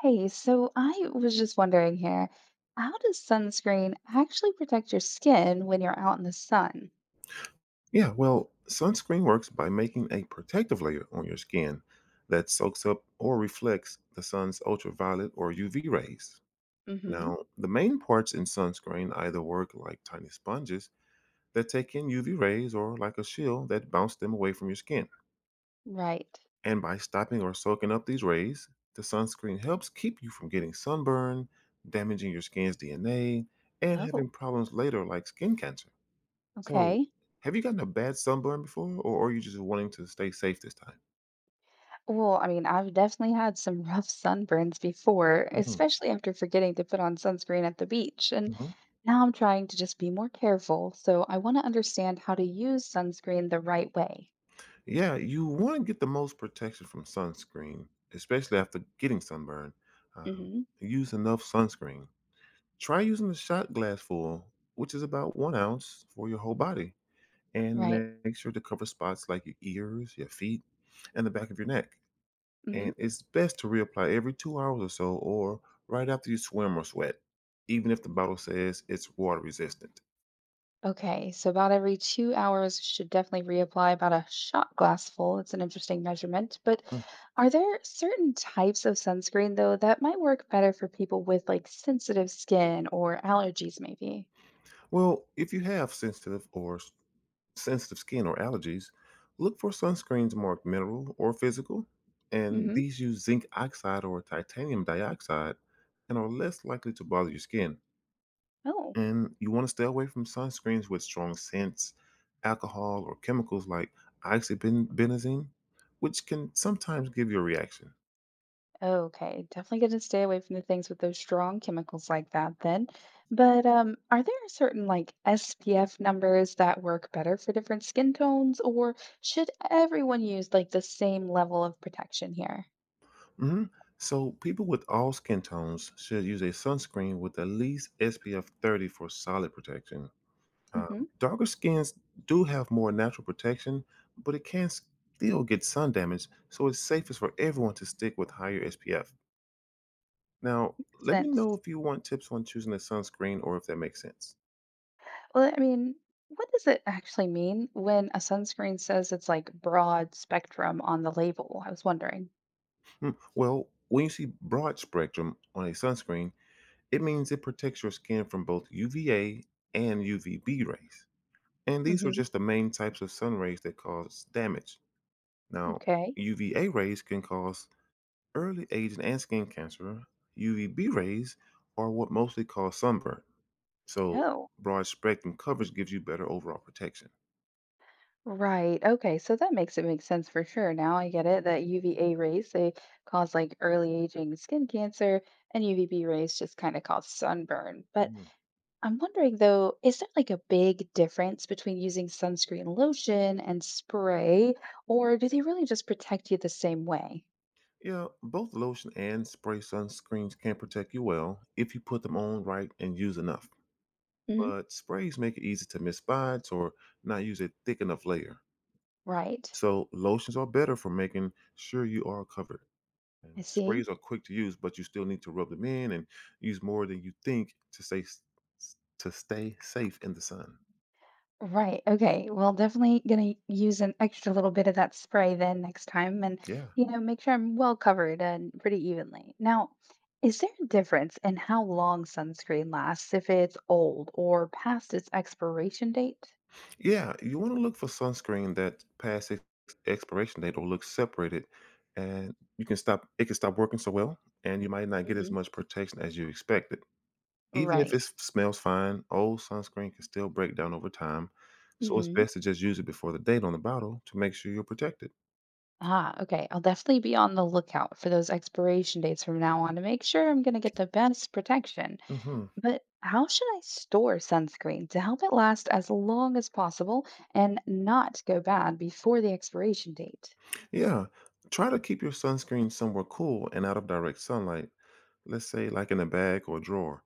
Hey, so I was just wondering here, how does sunscreen actually protect your skin when you're out in the sun? Yeah, well, sunscreen works by making a protective layer on your skin that soaks up or reflects the sun's ultraviolet or UV rays. Mm-hmm. Now, the main parts in sunscreen either work like tiny sponges that take in UV rays or like a shield that bounce them away from your skin. Right. And by stopping or soaking up these rays, the sunscreen helps keep you from getting sunburn, damaging your skin's DNA, and having Oh, problems later like skin cancer. So, okay. have you gotten a bad sunburn before, or are you just wanting to stay safe this time? Well, I've definitely had some rough sunburns before, Mhm, especially after forgetting to put on sunscreen at the beach. And mhm. now I'm trying to just be more careful. So I want to understand how to use sunscreen the right way. Yeah, you want to get the most protection from sunscreen, especially after getting sunburn. Um, Mm-hmm. Use enough sunscreen. Try using a shot glass full, which is about 1 ounce for your whole body, and Right. make sure to cover spots like your ears, your feet, and the back of your neck. Mm-hmm. And it's best to reapply every 2 hours or so, or right after you swim or sweat, even if the bottle says it's water resistant. Okay, so about every 2 hours, you should definitely reapply about a shot glass full. It's an interesting measurement. But Mm. are there certain types of sunscreen, though, that might work better for people with like sensitive skin or allergies, maybe? Well, if you have sensitive skin or allergies, look for sunscreens marked mineral or physical, and Hmm. these use zinc oxide or titanium dioxide and are less likely to bother your skin. Oh, And you want to stay away from sunscreens with strong scents, alcohol, or chemicals like oxybenzene, which can sometimes give you a reaction. okay. Definitely going to stay away from the things with those strong chemicals like that then. But are there certain like SPF numbers that work better for different skin tones, or should everyone use like the same level of protection here? Hmm. So, people with all skin tones should use a sunscreen with at least SPF 30 for solid protection. Hmm. Darker skins do have more natural protection, but it can still get sun damage, so it's safest for everyone to stick with higher SPF. Now, let me know Sense. if you want tips on choosing a sunscreen or if that makes sense. Well, what does it actually mean when a sunscreen says it's like broad spectrum on the label? I was wondering. Hmm. Well, when you see broad spectrum on a sunscreen, it means it protects your skin from both UVA and UVB rays. And these are Mm-hmm. just the main types of sun rays that cause damage. Now, Okay. UVA rays can cause early aging and skin cancer, UVB rays are what mostly cause sunburn, so Oh, broad spectrum coverage gives you better overall protection. right. Okay. So that makes it make sense for sure. Now I get it that UVA rays, they cause like early aging skin cancer, and UVB rays just kind of cause sunburn. But Mm. I'm wondering though, is there like a big difference between using sunscreen lotion and spray, or do they really just protect you the same way? Yeah, both lotion and spray sunscreens can protect you well if you put them on right and use enough. But sprays make it easy to miss spots or not use a thick enough layer. Right. So lotions are better for making sure you are covered. I And sprays see. are quick to use, but you still need to rub them in and use more than you think to stay safe in the sun. Right. Okay. Well, definitely going to use an extra little bit of that spray then next time and, Yeah, make sure I'm well covered and pretty evenly. Now, is there a difference in how long sunscreen lasts if it's old or past its expiration date? yeah. You want to look for sunscreen that past its expiration date or looks separated, and you can stop. It can stop working so well, and you might not get as Hmm. much protection as you expected. Even if Right. it smells fine, old sunscreen can still break down over time, so it's Hmm. best to just use it before the date on the bottle to make sure you're protected. Ah, okay. I'll definitely be on the lookout for those expiration dates from now on to make sure I'm going to get the best protection. Mhm. But how should I store sunscreen to help it last as long as possible and not go bad before the expiration date? Yeah, try to keep your sunscreen somewhere cool and out of direct sunlight. Let's say like in a bag or drawer.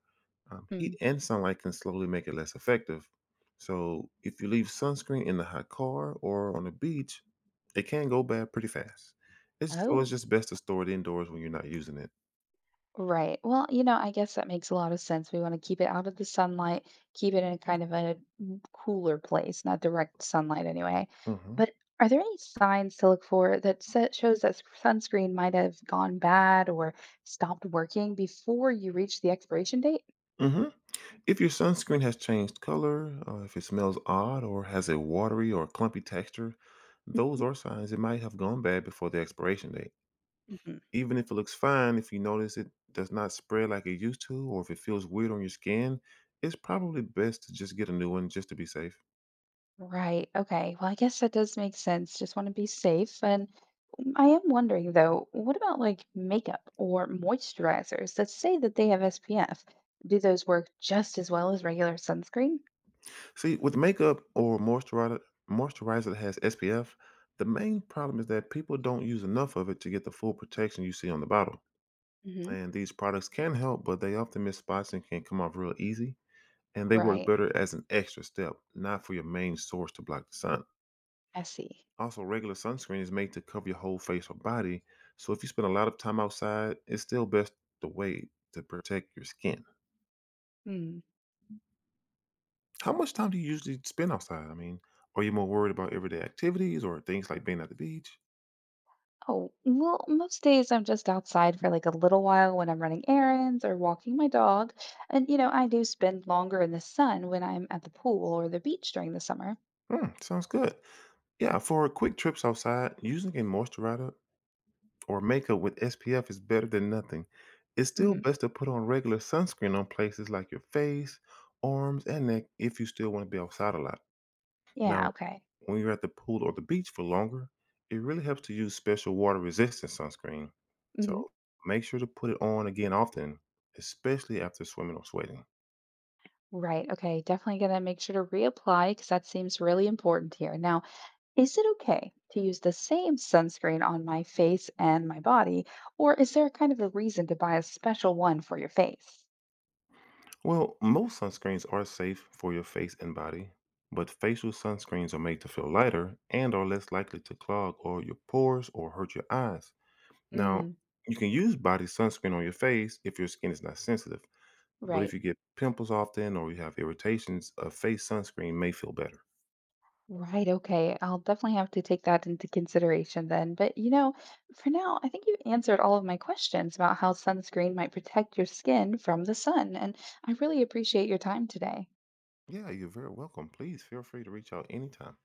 Heat Hmm. and sunlight can slowly make it less effective. So if you leave sunscreen in the hot car or on the beach, it can go bad pretty fast. It's so Oh, it's just best to store it indoors when you're not using it. right. Well, I guess that makes a lot of sense. We want to keep it out of the sunlight, keep it in kind of a cooler place, not direct sunlight anyway. Mhm. But are there any signs to look for that shows that sunscreen might have gone bad or stopped working before you reach the expiration date? Mhm. If your sunscreen has changed color, if it smells odd, or has a watery or clumpy texture, those are signs it might have gone bad before the expiration date. Mhm. Even if it looks fine, if you notice it does not spread like it used to, or if it feels weird on your skin, it's probably best to just get a new one just to be safe. Right. Okay. Well, I guess that does make sense. Just want to be safe. And I am wondering though, what about like makeup or moisturizers that say that they have SPF? Do those work just as well as regular sunscreen? See, with moisturizer that has SPF, the main problem is that people don't use enough of it to get the full protection you see on the bottle. Hmm. And these products can help, but they often miss spots and can come off real easy. And they work Right. better as an extra step, not for your main source to block the sun. I see. Also, regular sunscreen is made to cover your whole face or body, so if you spend a lot of time outside, it's still best the way to protect your skin. Hmm. How much time do you usually spend outside? I mean, are you more worried about everyday activities or things like being at the beach? Oh, well, most days I'm just outside for like a little while when I'm running errands or walking my dog. And, I do spend longer in the sun when I'm at the pool or the beach during the summer. Hmm, sounds good. Yeah, for quick trips outside, using a moisturizer or makeup with SPF is better than nothing. It's still Hmm. best to put on regular sunscreen on places like your face, arms, and neck if you still want to be outside a lot. Now, Yeah. Okay. when you're at the pool or the beach for longer, it really helps to use special water resistant sunscreen. Mhm. So make sure to put it on again often, especially after swimming or sweating. Right. Okay. Definitely going to make sure to reapply because that seems really important here. Now, is it okay to use the same sunscreen on my face and my body, or is there kind of a reason to buy a special one for your face? Well, most sunscreens are safe for your face and body, but facial sunscreens are made to feel lighter and are less likely to clog all your pores or hurt your eyes. Now, Mm, you can use body sunscreen on your face if your skin is not sensitive, but if right. you get pimples often or you have irritations, a face sunscreen may feel better. Right. Okay. I'll definitely have to take that into consideration then. But, for now, I think you've answered all of my questions about how sunscreen might protect your skin from the sun. And I really appreciate your time today. Yeah, you're very welcome. Please feel free to reach out anytime.